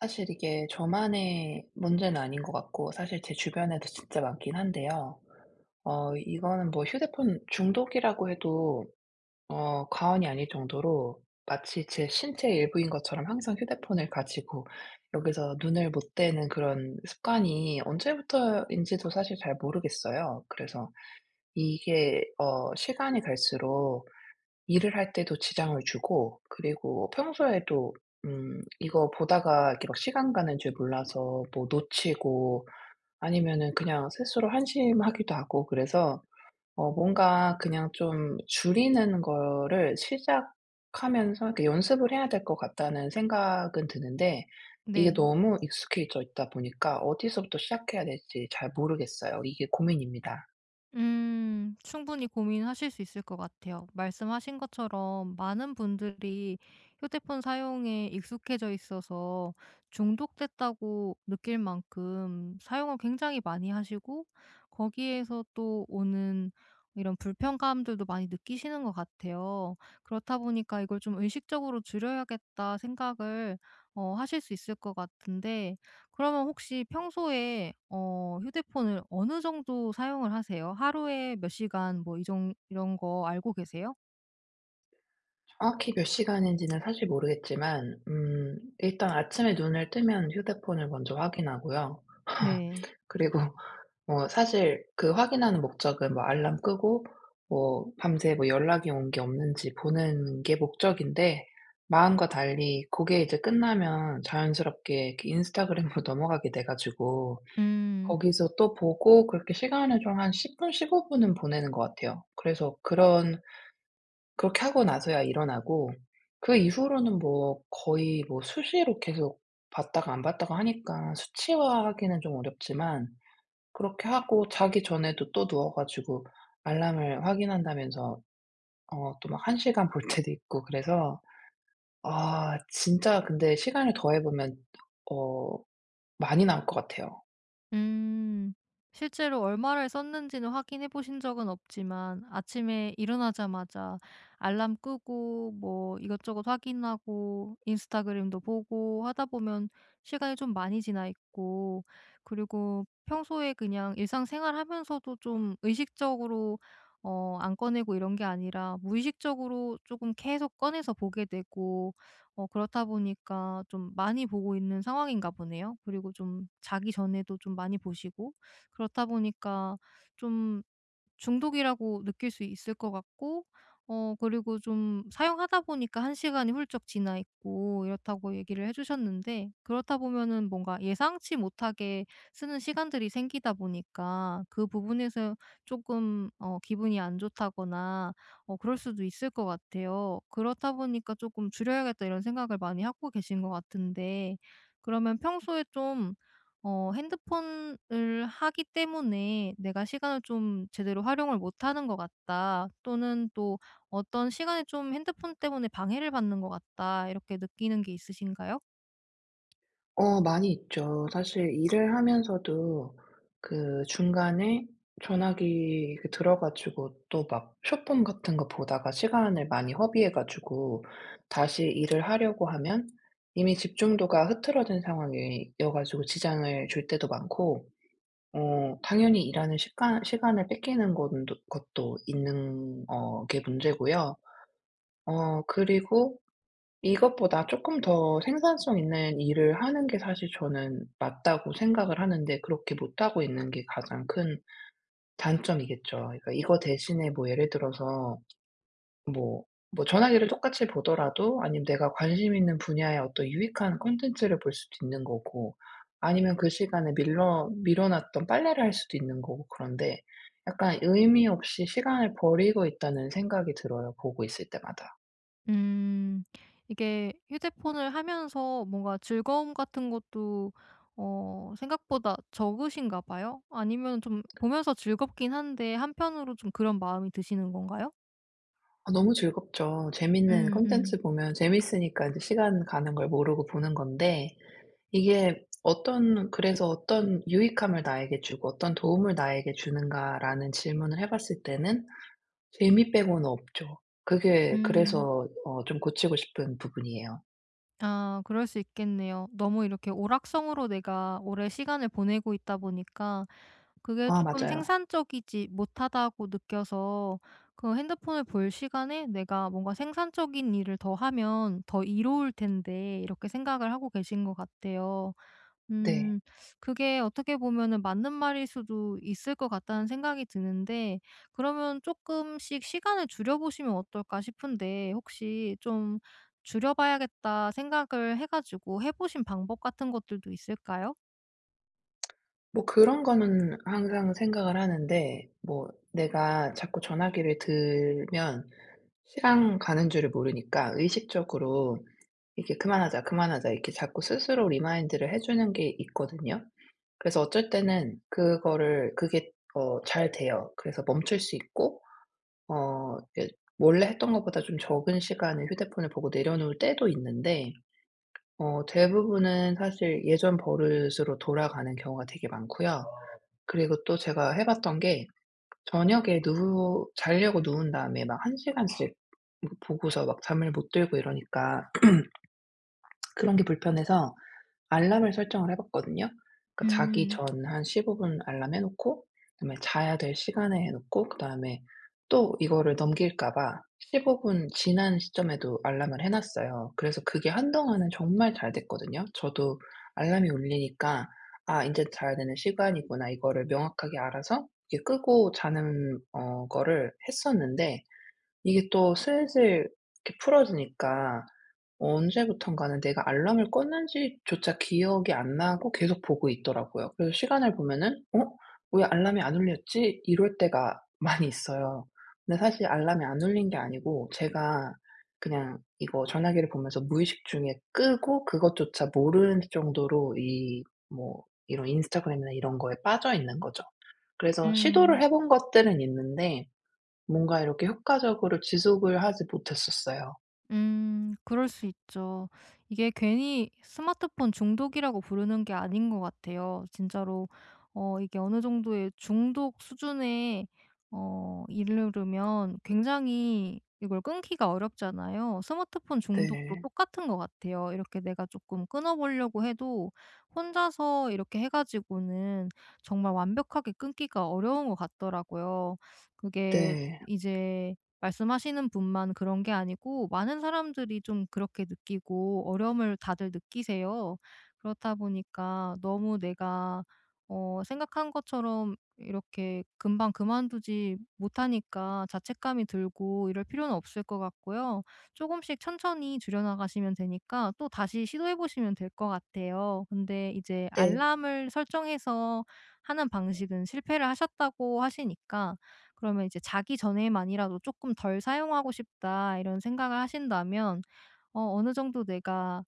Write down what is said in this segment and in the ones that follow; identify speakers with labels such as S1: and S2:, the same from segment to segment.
S1: 사실 이게 저만의 문제는 아닌 것 같고, 사실 제 주변에도 진짜 많긴 한데요. 이거는 뭐 휴대폰 중독이라고 해도 과언이 아닐 정도로 마치 제 신체의 일부인 것처럼 항상 휴대폰을 가지고 여기서 눈을 못 떼는 그런 습관이 언제부터인지도 사실 잘 모르겠어요. 그래서 이게 시간이 갈수록 일을 할 때도 지장을 주고, 그리고 평소에도 이거 보다가 이렇게 막 시간 가는 줄 몰라서 뭐 놓치고, 아니면은 그냥 스스로 한심하기도 하고. 그래서 뭔가 그냥 좀 줄이는 거를 시작하면서 이렇게 연습을 해야 될 것 같다는 생각은 드는데, 이게
S2: 네.
S1: 너무 익숙해져 있다 보니까 어디서부터 시작해야 될지 잘 모르겠어요. 이게 고민입니다.
S2: 충분히 고민하실 수 있을 것 같아요. 말씀하신 것처럼 많은 분들이 휴대폰 사용에 익숙해져 있어서 중독됐다고 느낄 만큼 사용을 굉장히 많이 하시고, 거기에서 또 오는 이런 불편감들도 많이 느끼시는 것 같아요. 그렇다 보니까 이걸 좀 의식적으로 줄여야겠다 생각을 하실 수 있을 것 같은데, 그러면 혹시 평소에 휴대폰을 어느 정도 사용을 하세요? 하루에 몇 시간 뭐 이정 이런 거 알고 계세요?
S1: 정확히 몇 시간인지는 사실 모르겠지만, 일단 아침에 눈을 뜨면 휴대폰을 먼저 확인하고요.
S2: 네.
S1: 그리고 뭐 사실 그 확인하는 목적은 뭐 알람 끄고 뭐 밤새 뭐 연락이 온 게 없는지 보는 게 목적인데, 마음과 달리 그게 이제 끝나면 자연스럽게 이렇게 인스타그램으로 넘어가게 돼 가지고
S2: 음.
S1: 거기서 또 보고, 그렇게 시간을 좀 한 10분 15 분은 보내는 것 같아요. 그래서 그런 그렇게 하고 나서야 일어나고, 그 이후로는 뭐 거의 뭐 수시로 계속 봤다가 안 봤다가 하니까 수치화하기는 좀 어렵지만, 그렇게 하고 자기 전에도 또 누워 가지고 알람을 확인한다면서 또 막 1 시간 볼 때도 있고. 그래서 아 진짜 근데 시간을 더해 보면 어 많이 나올 것 같아요.
S2: 음. 실제로 얼마를 썼는지는 확인해 보신 적은 없지만, 아침에 일어나자마자 알람 끄고 뭐 이것저것 확인하고 인스타그램도 보고 하다 보면 시간이 좀 많이 지나 있고, 그리고 평소에 그냥 일상생활 하면서도 좀 의식적으로 안 꺼내고 이런 게 아니라 무의식적으로 조금 계속 꺼내서 보게 되고, 그렇다 보니까 좀 많이 보고 있는 상황인가 보네요. 그리고 좀 자기 전에도 좀 많이 보시고, 그렇다 보니까 좀 중독이라고 느낄 수 있을 것 같고, 그리고 좀 사용하다 보니까 1시간 시간이 훌쩍 지나 있고 이렇다고 얘기를 해 주셨는데, 그렇다 보면은 뭔가 예상치 못하게 쓰는 시간들이 생기다 보니까 그 부분에서 조금 기분이 안 좋다거나 그럴 수도 있을 것 같아요. 그렇다 보니까 '조금 줄여야겠다.' 이런 생각을 많이 하고 계신 것 같은데, 그러면 평소에 좀 핸드폰을 하기 때문에 '내가 시간을 좀 제대로 활용을 못하는 것 같다.' 또는 또 '어떤 시간에 좀 핸드폰 때문에 방해를 받는 것 같다.' 이렇게 느끼는 게 있으신가요?
S1: 많이 있죠. 사실 일을 하면서도 그 중간에 전화기 그 들어 가지고 또 막 쇼폼 같은 거 보다가 시간을 많이 허비해 가지고 다시 일을 하려고 하면 이미 집중도가 흐트러진 상황이어 가지고 지장을 줄 때도 많고, 당연히 일하는 시간을 뺏기는 것도 있는 어게 문제고요. 그리고 이것보다 조금 더 생산성 있는 일을 하는 게 사실 저는 맞다고 생각을 하는데 그렇게 못하고 있는 게 가장 큰 단점이겠죠. 그러니까 이거 대신에 뭐 예를 들어서 뭐 전화기를 똑같이 보더라도, 아니면 내가 관심 있는 분야의 어떤 유익한 콘텐츠를 볼 수도 있는 거고, 아니면 그 시간에 밀러 밀어 놨던 빨래를 할 수도 있는 거고. 그런데 약간 의미 없이 시간을 버리고 있다는 생각이 들어요, 보고 있을 때마다.
S2: 음. 이게 휴대폰을 하면서 뭔가 즐거움 같은 것도 생각보다 적으신가 봐요? 아니면 좀 보면서 즐겁긴 한데 한편으로 좀 그런 마음이 드시는 건가요?
S1: 아, 너무 즐겁죠. 재밌는
S2: 음. 음.
S1: 콘텐츠 보면 재밌으니까 이제 시간 가는 걸 모르고 보는 건데, 이게 어떤 그래서 '어떤 유익함을 나에게 주고 어떤 도움을 나에게 주는가.'라는 질문을 해 봤을 때는 재미 빼고는 없죠. 그게
S2: 음.
S1: 그래서 좀 고치고 싶은 부분이에요.
S2: 아, 그럴 수 있겠네요. 너무 이렇게 오락성으로 내가 오래 시간을 보내고 있다 보니까 그게
S1: 아,
S2: 조금
S1: 맞아요.
S2: 생산적이지 못하다고 느껴서, 그 핸드폰을 볼 시간에 내가 뭔가 생산적인 일을 더 하면 더 이로울 텐데, 이렇게 생각을 하고 계신 것 같아요.
S1: 네.
S2: 음. 그게 어떻게 보면은 맞는 말일 수도 있을 것 같다는 생각이 드는데, 그러면 조금씩 시간을 줄여 보시면 어떨까 싶은데, 혹시 좀 '줄여 봐야겠다.' 생각을 해 가지고 해 보신 방법 같은 것들도 있을까요?
S1: 뭐 그런 거는 항상 생각을 하는데, 뭐 내가 자꾸 전화기를 들면 시간 가는 줄을 모르니까 의식적으로 이게 렇 "그만하자, 그만하자." 이렇게 자꾸 스스로 리마인드를 해 주는 게 있거든요. 그래서 어쩔 때는 그거를 그게 잘 돼요. 그래서 멈출 수 있고 어이 원래 했던 것보다 좀 적은 시간에 휴대폰을 보고 내려놓을 때도 있는데, 대부분은 사실 예전 버릇으로 돌아가는 경우가 되게 많고요. 그리고 또 제가 해 봤던 게, 저녁에 누워 자려고 누운 다음에 막 1시간씩 뭐 보고서 막 잠을 못 들고 이러니까 그런 게 불편해서 알람을 설정을 해 봤거든요. 그러니까 자기
S2: 음.
S1: 전 한 15분 알람 해 놓고, 그다음에 자야 될 시간에 해 놓고, 그다음에 또 이거를 넘길까 봐 15분 지난 시점에도 알람을 해 놨어요. 그래서 그게 한동안은 정말 잘 됐거든요. 저도 알람이 울리니까 '아 이제 자야 되는 시간이구나.' 이거를 명확하게 알아서 이게 끄고 자는 거를 했었는데, 이게 또 슬슬 이렇게 풀어지니까 언제부턴가는 내가 알람을 껐는지조차 기억이 안 나고 계속 보고 있더라고요. 그래서 시간을 보면은 '어? 왜 알람이 안 울렸지?' 이럴 때가 많이 있어요. 근데 사실 알람이 안 울린 게 아니고 제가 그냥 이거 전화기를 보면서 무의식 중에 끄고 그것조차 모르는 정도로 이 뭐 이런 인스타그램이나 이런 거에 빠져 있는 거죠. 그래서
S2: 음.
S1: 시도를 해본 것들은 있는데 뭔가 이렇게 효과적으로 지속을 하지 못했었어요.
S2: 그럴 수 있죠. 이게 괜히 스마트폰 중독이라고 부르는 게 아닌 것 같아요. 진짜로 이게 어느 정도의 중독 수준에 이르르면 굉장히 이걸 끊기가 어렵잖아요. 스마트폰 중독도
S1: 네.
S2: 똑같은 것 같아요. 이렇게 내가 조금 끊어 보려고 해도 혼자서 이렇게 해 가지고는 정말 완벽하게 끊기가 어려운 것 같더라고요. 그게
S1: 네.
S2: 이제 말씀하시는 분만 그런 게 아니고, 많은 사람들이 좀 그렇게 느끼고 어려움을 다들 느끼세요. 그렇다 보니까 너무 내가 생각한 것처럼 이렇게 금방 그만두지 못하니까 자책감이 들고, 이럴 필요는 없을 것 같고요. 조금씩 천천히 줄여나가시면 되니까 또 다시 시도해 보시면 될 것 같아요. 근데 이제
S1: 네.
S2: 알람을 설정해서 하는 방식은 실패를 하셨다고 하시니까, 그러면 이제 '자기 전에만이라도 조금 덜 사용하고 싶다.' 이런 생각을 하신다면, 어느 정도 내가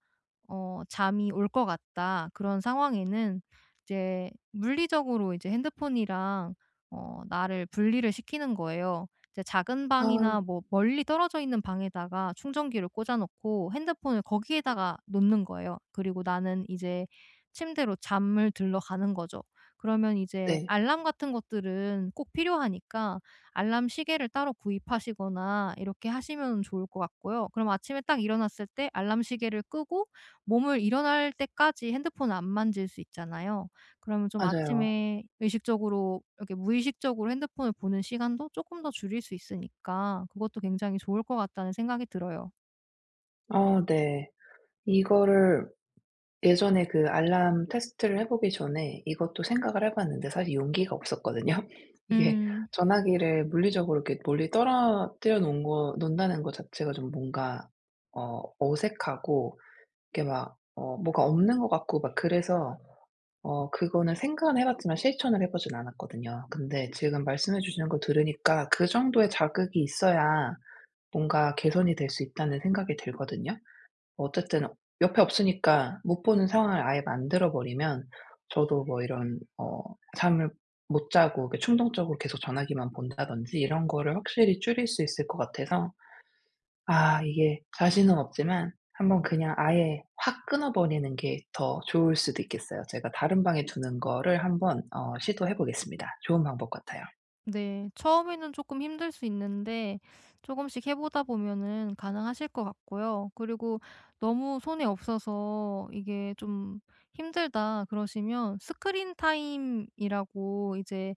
S2: '잠이 올 것 같다.' 그런 상황에는 이제 물리적으로 이제 핸드폰이랑 나를 분리를 시키는 거예요. 이제 작은
S1: 아,
S2: 방이나 뭐 멀리 떨어져 있는 방에다가 충전기를 꽂아 놓고 핸드폰을 거기에다가 놓는 거예요. 그리고 나는 이제 침대로 잠을 들러 가는 거죠. 그러면 이제
S1: 네.
S2: 알람 같은 것들은 꼭 필요하니까 알람 시계를 따로 구입하시거나 이렇게 하시면 좋을 것 같고요. 그럼 아침에 딱 일어났을 때 알람 시계를 끄고 몸을 일어날 때까지 핸드폰을 안 만질 수 있잖아요. 그러면 좀
S1: 맞아요.
S2: 아침에 의식적으로 이렇게, 무의식적으로 핸드폰을 보는 시간도 조금 더 줄일 수 있으니까 그것도 굉장히 좋을 것 같다는 생각이 들어요.
S1: 아, 네. 이거를 예전에 그 알람 테스트를 해 보기 전에 이것도 생각을 해 봤는데 사실 용기가 없었거든요. 이게
S2: 음.
S1: 전화기를 물리적으로 이렇게 멀리 떨어뜨려 놓은 거 놓는다는 거 자체가 좀 뭔가 어색하고, 이게 막 뭐가 없는 것 같고 막 그래서 그거는 생각은 해 봤지만 실천을 해 보진 않았거든요. 근데 지금 말씀해 주시는 걸 들으니까 그 정도의 자극이 있어야 뭔가 개선이 될 수 있다는 생각이 들거든요. 어쨌든 옆에 없으니까 못 보는 상황을 아예 만들어 버리면 저도 뭐 이런 잠을 못 자고 이렇게 충동적으로 계속 전화기만 본다든지 이런 거를 확실히 줄일 수 있을 것 같아서, 아 이게 자신은 없지만 한번 그냥 아예 확 끊어 버리는 게 더 좋을 수도 있겠어요. 제가 다른 방에 두는 거를 한번 시도해 보겠습니다. 좋은 방법 같아요.
S2: 네. 처음에는 조금 힘들 수 있는데 조금씩 해 보다 보면은 가능하실 것 같고요. 그리고 너무 손에 없어서 이게 좀 힘들다 그러시면, 스크린 타임이라고 이제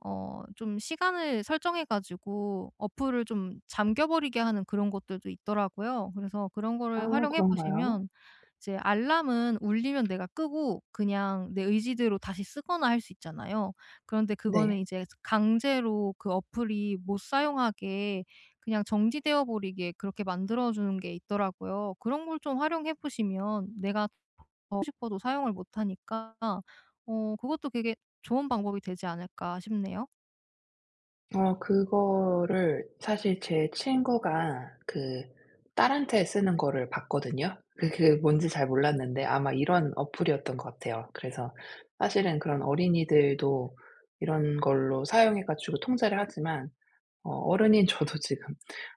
S2: 좀 시간을 설정해 가지고 어플을 좀 잠겨 버리게 하는 그런 것들도 있더라고요. 그래서 그런 거를
S1: 아,
S2: 활용해
S1: 그런가요?
S2: 보시면, 이제 알람은 울리면 내가 끄고 그냥 내 의지대로 다시 쓰거나 할 수 있잖아요. 그런데 그거는
S1: 네.
S2: 이제 강제로 그 어플이 못 사용하게 그냥 정지되어 버리게 그렇게 만들어 주는 게 있더라고요. 그런 걸 좀 활용해 보시면 내가 더 하고 싶어도 사용을 못 하니까, 그것도 되게 좋은 방법이 되지 않을까 싶네요.
S1: 그거를 사실 제 친구가 그 딸한테 쓰는 거를 봤거든요. 그게 뭔지 잘 몰랐는데 아마 이런 어플이었던 것 같아요. 그래서 사실은 그런 어린이들도 이런 걸로 사용해 가지고 통제를 하지만, 어른인 저도 지금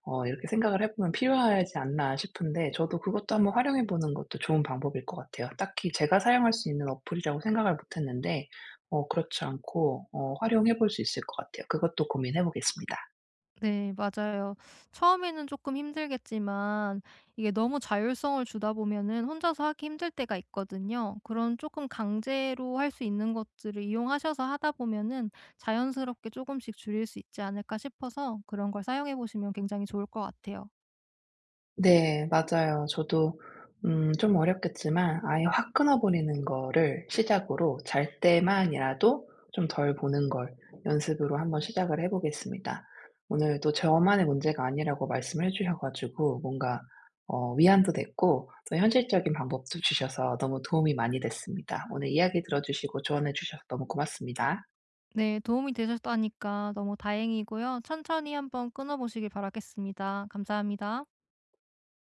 S1: 이렇게 생각을 해 보면 필요하지 않나 싶은데, 저도 그것도 한번 활용해 보는 것도 좋은 방법일 것 같아요. 딱히 제가 사용할 수 있는 어플이라고 생각을 못 했는데, 그렇지 않고 활용해 볼 수 있을 것 같아요. 그것도 고민해 보겠습니다.
S2: 네, 맞아요. 처음에는 조금 힘들겠지만 이게 너무 자율성을 주다 보면은 혼자서 하기 힘들 때가 있거든요. 그런 조금 강제로 할 수 있는 것들을 이용하셔서 하다 보면은 자연스럽게 조금씩 줄일 수 있지 않을까 싶어서, 그런 걸 사용해 보시면 굉장히 좋을 것 같아요.
S1: 네, 맞아요. 저도 좀 어렵겠지만 아예 확 끊어 버리는 거를 시작으로 잘 때만이라도 좀 덜 보는 걸 연습으로 한번 시작을 해 보겠습니다. 오늘 또 저만의 문제가 아니라고 말씀을 해 주셔 가지고 뭔가 위안도 됐고 또 현실적인 방법도 주셔서 너무 도움이 많이 됐습니다. 오늘 이야기 들어 주시고 조언해 주셔서 너무 고맙습니다.
S2: 네, 도움이 되셨다니까 너무 다행이고요. 천천히 한번 끊어 보시길 바라겠습니다. 감사합니다.